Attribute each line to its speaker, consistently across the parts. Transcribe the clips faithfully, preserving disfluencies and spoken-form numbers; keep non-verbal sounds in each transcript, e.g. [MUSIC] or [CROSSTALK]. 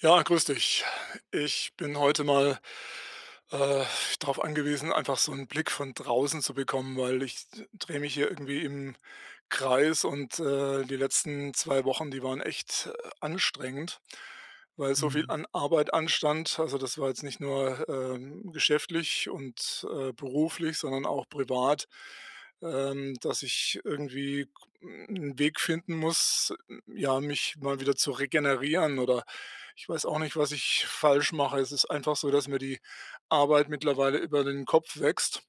Speaker 1: Ja, grüß dich. Ich bin heute mal äh, darauf angewiesen, einfach so einen Blick von draußen zu bekommen, weil ich drehe mich hier irgendwie im Kreis und, äh, die letzten zwei Wochen, die waren echt, äh, anstrengend, weil so viel
Speaker 2: Mhm.
Speaker 1: an Arbeit anstand. Also, das war jetzt nicht nur, ähm, geschäftlich und, äh, beruflich, sondern auch privat, ähm, dass ich irgendwie mm, einen Weg finden muss, ja, mich mal wieder zu regenerieren oder ich weiß auch nicht, was ich falsch mache. Es ist einfach so, dass mir die Arbeit mittlerweile über den Kopf wächst.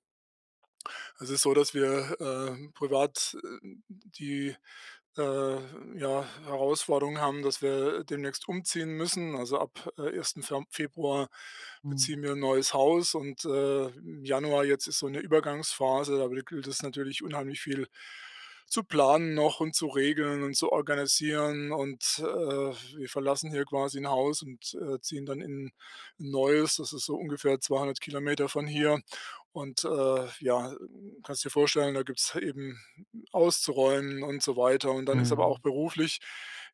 Speaker 1: Es ist so, dass wir, äh, privat, äh, die äh, ja, Herausforderungen haben, dass wir demnächst umziehen müssen. Also ab äh, ersten. Fe- Februar
Speaker 2: Mhm.
Speaker 1: beziehen wir ein neues Haus, und äh, im Januar jetzt ist so eine Übergangsphase. Da gilt es natürlich unheimlich viel zu planen noch und zu regeln und zu organisieren. Und äh, wir verlassen hier quasi ein Haus und äh, ziehen dann in ein neues. Das ist so ungefähr zweihundert Kilometer von hier. Und äh, ja, kannst dir vorstellen, da gibt es eben auszuräumen und so weiter. Und dann ist aber auch
Speaker 2: Mhm.
Speaker 1: beruflich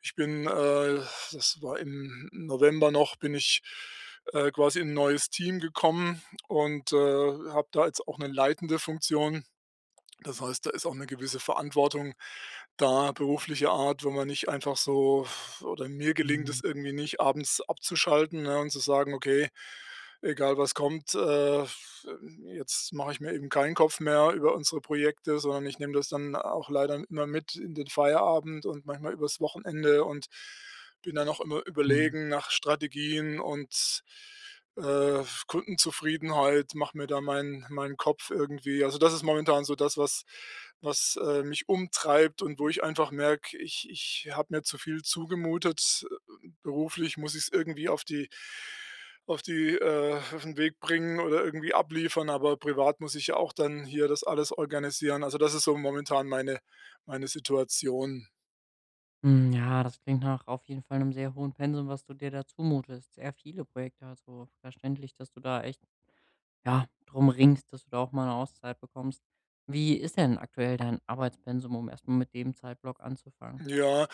Speaker 1: ich bin, äh, das war im November noch, bin ich äh, quasi in 'n neues Team gekommen und, äh, habe da jetzt auch eine leitende Funktion. Das heißt, da ist auch eine gewisse Verantwortung da beruflicher Art, wenn man nicht einfach so oder mir gelingt es
Speaker 2: Mhm.
Speaker 1: irgendwie nicht, abends abzuschalten, ne, und zu sagen: „Okay, egal was kommt, äh, jetzt mache ich mir eben keinen Kopf mehr über unsere Projekte", sondern ich nehme das dann auch leider immer mit in den Feierabend und manchmal übers Wochenende und bin dann auch immer
Speaker 2: Mhm.
Speaker 1: überlegen nach Strategien und äh, Kundenzufriedenheit, macht mir da meinen meinen Kopf irgendwie. Also, das ist momentan so das, was was, äh, mich umtreibt und wo ich einfach merke, ich ich habe mir zu viel zugemutet. Beruflich muss ich es irgendwie auf die auf die, äh auf 'n Weg bringen oder irgendwie abliefern, aber privat muss ich ja auch dann hier das alles organisieren. Also, das ist so momentan meine meine Situation.
Speaker 2: Mhm. Ja, das klingt nach auf jeden Fall einem sehr hohen Pensum, was du dir da zumutest. Sehr viele Projekte, also verständlich, dass du da echt, ja, drum ringst, dass du da auch mal eine Auszeit bekommst. Wie ist denn aktuell dein Arbeitspensum, um erstmal mit dem Zeitblock anzufangen?
Speaker 1: Ja,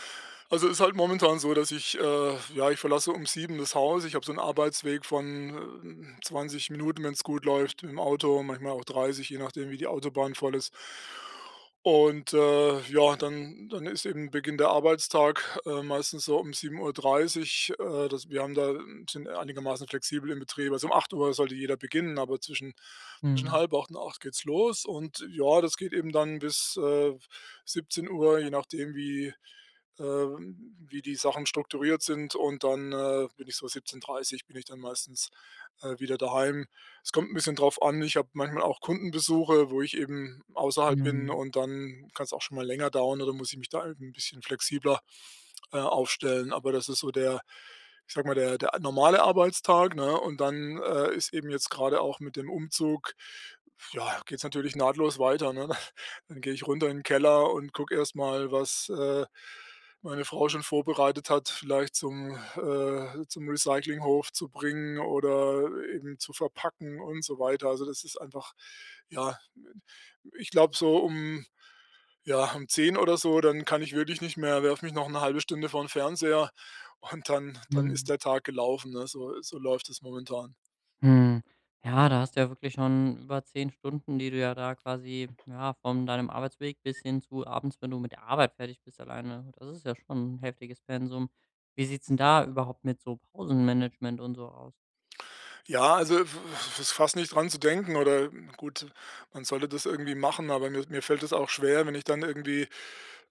Speaker 1: also ist halt momentan so, dass ich, äh, ja, ich verlasse um sieben das Haus. Ich habe so einen Arbeitsweg von, äh, zwanzig Minuten, wenn es gut läuft, im Auto, manchmal auch dreißig, je nachdem, wie die Autobahn voll ist. Und, äh, ja, dann dann ist eben Beginn der Arbeitstag, äh, meistens so um sieben Uhr dreißig. Äh, das wir haben da sind einigermaßen flexibel im Betrieb. Also, um acht Uhr sollte jeder beginnen, aber zwischen zwischen
Speaker 2: Mhm.
Speaker 1: halb acht und acht geht's los, und ja, das geht eben dann bis, äh, siebzehn Uhr, je nachdem, wie äh, wie die Sachen strukturiert sind, und dann, äh, bin ich so siebzehn Uhr dreißig bin ich dann meistens, äh, wieder daheim. Es kommt ein bisschen drauf an. Ich habe manchmal auch Kundenbesuche, wo ich eben außerhalb bin,
Speaker 2: Mhm.
Speaker 1: und dann kann es auch schon mal länger dauern oder muss ich mich da eben 'n bisschen flexibler, äh, aufstellen. Aber das ist so der ich sage mal, der der normale Arbeitstag, ne? Und dann, äh, ist eben jetzt gerade auch mit dem Umzug ja, geht es natürlich nahtlos weiter, ne? [LAUGHS] Dann gehe ich runter in den Keller und gucke erstmal, was, äh, meine Frau schon vorbereitet hat, vielleicht zum äh, zum Recyclinghof zu bringen oder eben zu verpacken und so weiter. Also, das ist einfach ja, ich glaube so um ja, um zehn oder so, dann kann ich wirklich nicht mehr Werf mich noch eine halbe Stunde vor den Fernseher, und dann dann ist
Speaker 2: Mhm.
Speaker 1: der Tag gelaufen, ne? So so läuft es momentan.
Speaker 2: Hm. Ja, da hast du ja wirklich schon über zehn Stunden, die du ja da quasi, ja, von deinem Arbeitsweg bis hin zu abends, wenn du mit der Arbeit fertig bist alleine. Das ist ja schon ein heftiges Pensum. Wie sieht's denn da überhaupt mit so Pausenmanagement und so aus?
Speaker 1: Ja, also f f ist fast nicht dran zu denken oder gut, man sollte das irgendwie machen, aber mir mir fällt es auch schwer, wenn ich dann irgendwie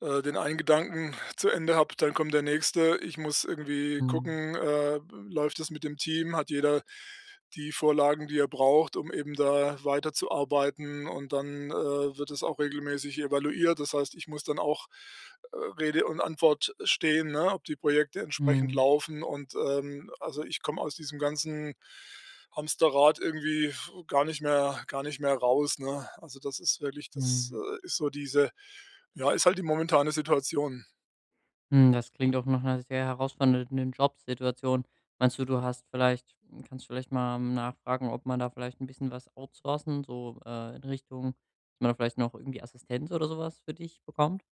Speaker 1: äh, den einen Gedanken zu Ende habe, dann kommt der nächste. Ich muss irgendwie
Speaker 2: Mhm.
Speaker 1: gucken, äh, läuft es mit dem Team? Hat jeder die Vorlagen, die er braucht, um eben da weiterzuarbeiten? Und dann äh, wird es auch regelmäßig evaluiert. Das heißt, ich muss dann auch äh, Rede und Antwort stehen, ne, ob die Projekte entsprechend
Speaker 2: Mhm.
Speaker 1: laufen. Und ähm, also ich komme aus diesem ganzen Hamsterrad irgendwie gar nicht mehr, gar nicht mehr raus, ne? Also das ist wirklich, das
Speaker 2: Mhm.
Speaker 1: äh, ist so diese ja, ist halt die momentane Situation.
Speaker 2: Hm, das klingt auch nach 'ner sehr herausfordernden Jobsituation. Meinst du, du hast vielleicht kannst vielleicht mal nachfragen, ob man da vielleicht ein bisschen was outsourcen, so, äh, in Richtung dass man da vielleicht noch irgendwie Assistenz oder sowas für dich bekommt?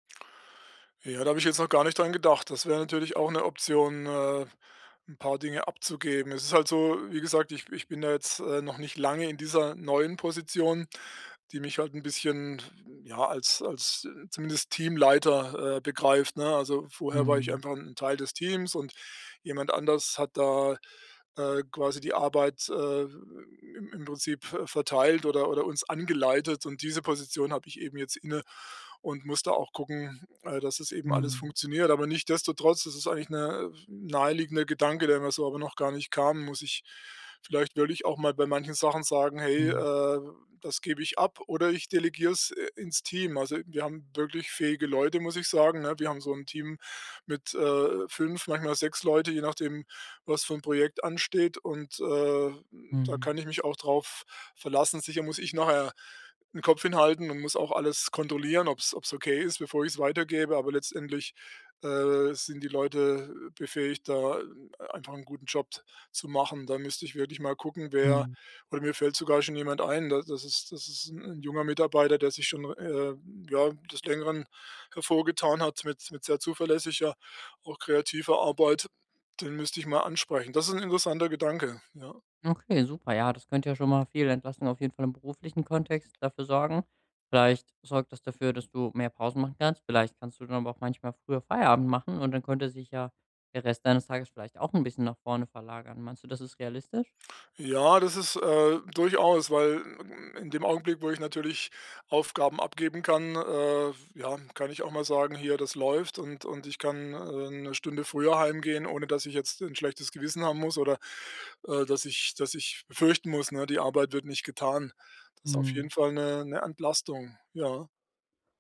Speaker 1: Ja, da habe ich jetzt noch gar nicht dran gedacht. Das wäre natürlich auch eine Option, äh, 'n paar Dinge abzugeben. Es ist halt so, wie gesagt, ich ich bin da jetzt, äh, noch nicht lange in dieser neuen Position, die mich halt ein bisschen, ja, als als äh, zumindest Teamleiter, äh, begreift, ne? Also, vorher war ich
Speaker 2: Mhm.
Speaker 1: einfach ein Teil des Teams und jemand anders hat da äh, quasi die Arbeit, äh, im im Prinzip, äh, verteilt oder oder uns angeleitet, und diese Position habe ich eben jetzt inne und muss da auch gucken, äh, dass das eben alles
Speaker 2: Mhm.
Speaker 1: funktioniert. Aber nichtdestotrotz das ist es eigentlich 'ne naheliegender Gedanke, der mir so aber noch gar nicht kam, muss ich vielleicht wirklich auch mal bei manchen Sachen sagen: „Hey,
Speaker 2: Mhm.
Speaker 1: äh, das gebe ich ab", oder ich delegiere es, äh, ins Team. Also, wir haben wirklich fähige Leute, muss ich sagen, ne? Wir haben so ein Team mit, äh, fünf, manchmal sechs Leute, je nachdem, was für 'n Projekt ansteht, und, äh, da kann
Speaker 2: Mhm.
Speaker 1: ich mich auch drauf verlassen. Sicher muss ich nachher den Kopf hinhalten und muss auch alles kontrollieren, ob es okay ist, bevor ich es weitergebe, aber letztendlich, äh, sind die Leute befähigt, da äh, einfach einen guten Job zu machen. Da müsste ich wirklich mal gucken, wer
Speaker 2: Mhm.
Speaker 1: oder mir fällt sogar schon jemand ein, da das ist das ist ein 'n junger Mitarbeiter, der sich schon, äh, ja, des Längeren hervorgetan hat mit mit sehr zuverlässiger, auch kreativer Arbeit. Den müsste ich mal ansprechen. Das ist ein interessanter Gedanke, ja.
Speaker 2: Okay, super. Ja, das könnte ja schon mal viel Entlastung auf jeden Fall im beruflichen Kontext dafür sorgen. Vielleicht sorgt das dafür, dass du mehr Pausen machen kannst. Vielleicht kannst du dann aber auch manchmal früher Feierabend machen und dann könnte sich ja der Rest deines Tages vielleicht auch ein bisschen nach vorne verlagern. Meinst du, das ist realistisch?
Speaker 1: Ja, das ist, äh, durchaus, weil, hm, in dem Augenblick, wo ich natürlich Aufgaben abgeben kann, äh, ja, kann ich auch mal sagen: „Hier, das läuft, und und ich kann, äh, 'ne Stunde früher heimgehen, ohne dass ich jetzt ein schlechtes Gewissen haben muss oder, äh, dass ich dass ich befürchten muss, ne, die Arbeit wird nicht getan." Das ist auf jeden
Speaker 2: Mhm.
Speaker 1: Fall eine eine Entlastung, ja.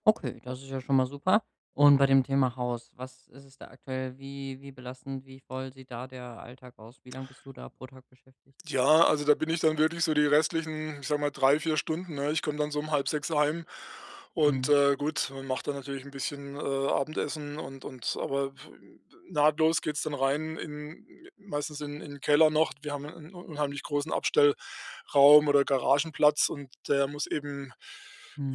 Speaker 2: Okay, das ist ja schon mal super. Und bei dem Thema Haus, was ist es da aktuell? Wie, wie belastend, wie voll sieht da der Alltag aus? Wie lange bist du da pro Tag beschäftigt?
Speaker 1: Ja, also da bin ich dann wirklich so die restlichen, ich sag mal, drei vier Stunden, ne? Ich komme dann so um halb sechs heim und,
Speaker 2: Mhm.
Speaker 1: äh, gut, man macht dann natürlich ein bisschen, äh, Abendessen und und aber nahtlos geht's dann rein in meistens in in 'n Keller noch. Wir haben einen unheimlich großen Abstellraum oder Garagenplatz, und der muss eben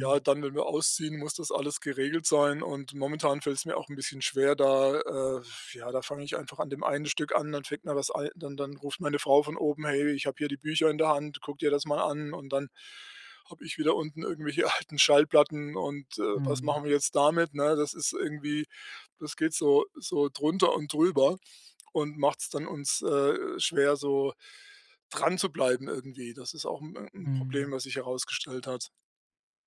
Speaker 1: ja, dann, wenn wir ausziehen, muss das alles geregelt sein, und momentan fällt es mir auch ein bisschen schwer, da äh, ja, da fange ich einfach an dem einen Stück an, dann fängt mir was ei dann dann ruft meine Frau von oben: „Hey, ich habe hier die Bücher in der Hand, guck dir das mal an." Und dann habe ich wieder unten irgendwelche [LAUGHS] alten Schallplatten und, äh, was
Speaker 2: Mhm.
Speaker 1: machen wir jetzt damit, ne? Das ist irgendwie das geht so so drunter und drüber und macht es dann uns, äh, schwer, so dran zu bleiben irgendwie. Das ist auch ein 'n Problem,
Speaker 2: Mhm.
Speaker 1: was sich herausgestellt hat.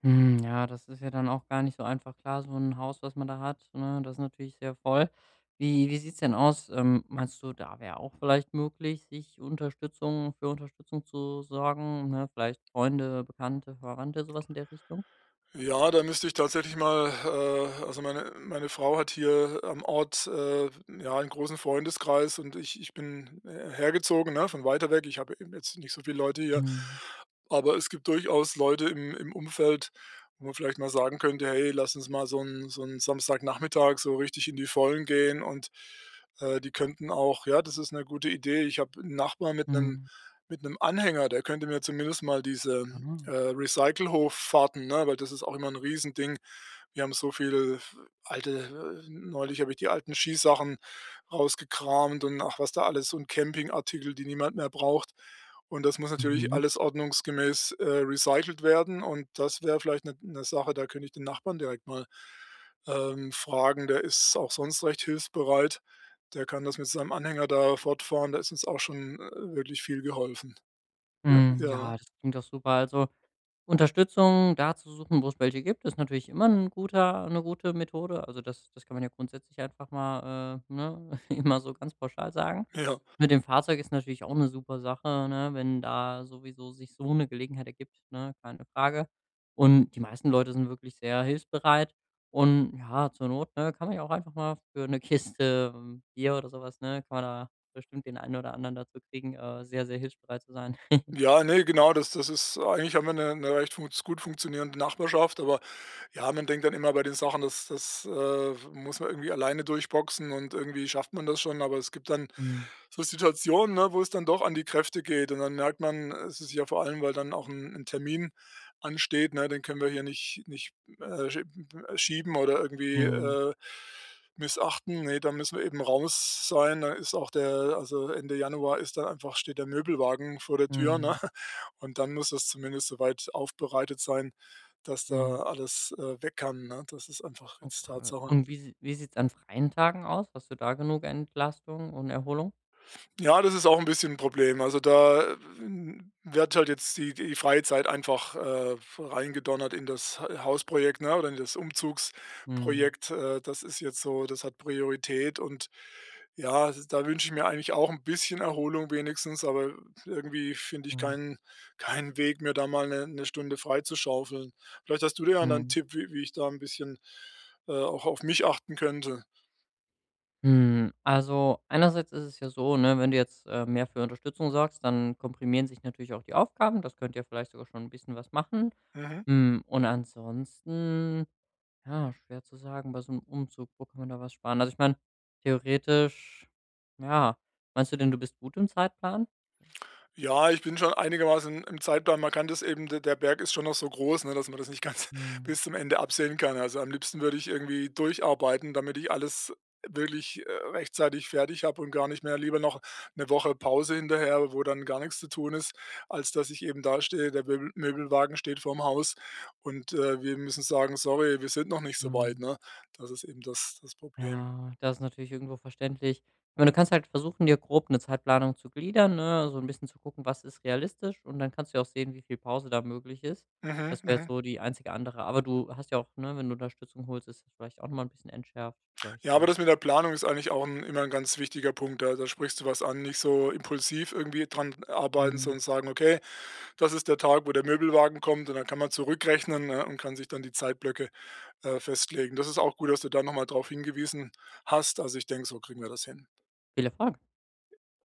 Speaker 2: Hm, ja, das ist ja dann auch gar nicht so einfach. Klar, so ein Haus, was man da hat, ne, das ist natürlich sehr voll. Wie wie sieht's denn aus? Ähm, meinst du, da wäre auch vielleicht möglich, sich Unterstützung für Unterstützung zu sorgen, ne? Vielleicht Freunde, Bekannte, Verwandte, sowas in der Richtung?
Speaker 1: Ja, da müsste ich tatsächlich mal äh, also meine meine Frau hat hier am Ort, äh, ja, einen großen Freundeskreis, und ich ich bin, äh, hergezogen, ne, von weiter weg. Ich habe eben jetzt nicht so viele Leute hier,
Speaker 2: Mhm.
Speaker 1: aber es gibt durchaus Leute im im Umfeld, wo man vielleicht mal sagen könnte: „Hey, lass uns mal so einen so einen Samstagnachmittag so richtig in die Vollen gehen", und, äh, die könnten auch ja, das ist eine gute Idee. Ich habe 'n Nachbar mit einem
Speaker 2: Mhm.
Speaker 1: mit einem Anhänger, der könnte mir zumindest mal diese
Speaker 2: Ah.
Speaker 1: äh, Recyclehoffahrten, ne? Weil das ist auch immer ein Riesending. Wir haben so viele alte äh, neulich habe ich die alten Skisachen rausgekramt, und ach, was da alles und Campingartikel, die niemand mehr braucht. Und das muss natürlich
Speaker 2: Mhm.
Speaker 1: alles ordnungsgemäß, äh, recycelt werden, und das wäre vielleicht eine Sache, da könnte ich den Nachbarn direkt mal, ähm, fragen. Der ist auch sonst recht hilfsbereit. Der kann das mit seinem Anhänger da fortfahren. Da ist uns auch schon, äh, wirklich viel geholfen. Ja,
Speaker 2: Mhm, ja,
Speaker 1: ja,
Speaker 2: das klingt doch super. Also, Unterstützung da zu suchen, wo es welche gibt, ist natürlich immer 'n guter 'ne gute Methode. Also, das das kann man ja grundsätzlich einfach mal, äh, ne, [LAUGHS] immer so ganz pauschal sagen.
Speaker 1: ja.
Speaker 2: Mit dem Fahrzeug ist natürlich auch eine super Sache, ne, wenn da sowieso sich so eine Gelegenheit ergibt, ne, keine Frage. Und die meisten Leute sind wirklich sehr hilfsbereit und ja, zur Not, ne, kann man ja auch einfach mal für eine [LAUGHS] Kiste ähm, Bier oder sowas, ne, kann man da bestimmt den einen oder anderen dazu kriegen, äh, sehr, sehr hilfsbereit zu sein.
Speaker 1: Ja, ne, genau, das das ist eigentlich haben wir eine 'ne recht funz gut funktionierende Nachbarschaft, aber ja, man denkt dann immer bei den Sachen, das das, äh, muss man irgendwie alleine durchboxen und irgendwie schafft man das schon, aber es gibt dann
Speaker 2: Mhm.
Speaker 1: so Situationen, ne, wo es dann doch an die Kräfte geht, und dann merkt man, es ist ja vor allem, weil dann auch ein 'n Termin ansteht, ne, den können wir hier nicht nicht, äh, schie schieben oder irgendwie,
Speaker 2: Mhm.
Speaker 1: äh, missachten. Ne, da müssen wir eben raus sein. Da ist auch der also, Ende Januar ist dann einfach steht der Möbelwagen vor der Tür, ne?
Speaker 2: Mhm.
Speaker 1: Und dann muss das zumindest soweit aufbereitet sein, dass da
Speaker 2: Mhm.
Speaker 1: alles, äh, weg kann, ne? Das ist einfach jetzt
Speaker 2: Okay.
Speaker 1: Tatsache.
Speaker 2: Und wie sie wie sieht's an freien Tagen aus? Hast du da genug Entlastung und Erholung?
Speaker 1: Ja, das ist auch ein bisschen ein Problem. Also, da, hm, wird halt jetzt die die freie Zeit einfach, äh, reingedonnert in das Ha Hausprojekt, ne, oder in das
Speaker 2: Mhm.
Speaker 1: Umzugsprojekt. Äh, das ist jetzt so das hat Priorität und ja, s da wünsche ich mir eigentlich auch ein bisschen Erholung wenigstens, aber irgendwie finde ich
Speaker 2: Mhm.
Speaker 1: keinen keinen Weg, mir da mal 'ne 'ne Stunde freizuschaufeln. Vielleicht hast du da ja dann 'n
Speaker 2: Mhm.
Speaker 1: Tipp, wie wie ich da ein bisschen, äh, auch auf mich achten könnte.
Speaker 2: Hm, also, einerseits ist es ja so, ne, wenn du jetzt, äh, mehr für Unterstützung sorgst, dann komprimieren sich natürlich auch die Aufgaben. Das könnt ihr vielleicht sogar schon ein bisschen was machen.
Speaker 1: Mhm.
Speaker 2: Hm, und ansonsten, ja, schwer zu sagen bei so einem Umzug, wo kann man da was sparen? Also, ich meine, theoretisch ja, meinst du denn, du bist gut im Zeitplan?
Speaker 1: Ja, ich bin schon einigermaßen im Zeitplan. Man kann das eben der der Berg ist schon noch so groß, ne, dass man das nicht ganz [LAUGHS]
Speaker 2: Mhm.
Speaker 1: bis zum Ende absehen kann. Also, am liebsten würde ich irgendwie durcharbeiten, damit ich alles wirklich, äh, rechtzeitig fertig habe und gar nicht mehr lieber noch eine Woche Pause hinterher, wo dann gar nichts zu tun ist, als dass ich eben da stehe. der Möbel Möbelwagen steht vorm Haus und, äh, wir müssen sagen: „Sorry, wir sind noch nicht so
Speaker 2: Mhm.
Speaker 1: weit", ne? Das ist eben das das Problem.
Speaker 2: Ja, das ist natürlich irgendwo verständlich. Ich meine, du kannst halt versuchen, dir grob eine Zeitplanung zu gliedern, ne, so ein bisschen zu gucken, was ist realistisch und dann kannst du ja auch sehen, wie viel Pause da möglich ist.
Speaker 1: Mhm,
Speaker 2: Das wäre
Speaker 1: mhm.
Speaker 2: so die einzige andere aber du hast ja auch, ne, wenn du Unterstützung holst, ist das vielleicht auch noch mal 'n bisschen entschärft, vielleicht
Speaker 1: Ja, aber
Speaker 2: so.
Speaker 1: das mit der Planung ist eigentlich auch 'n immer ein ganz wichtiger Punkt. Da da sprichst du was an. Nicht so impulsiv irgendwie dran arbeiten,
Speaker 2: Mhm.
Speaker 1: sondern sagen: „Okay, das ist der Tag, wo der Möbelwagen kommt", und dann kann man zurückrechnen, ne, und kann sich dann die Zeitblöcke, äh, festlegen. Das ist auch gut, dass du da nochmal mal drauf hingewiesen hast. Also, ich denke, so kriegen wir das hin.
Speaker 2: Viel Erfolg.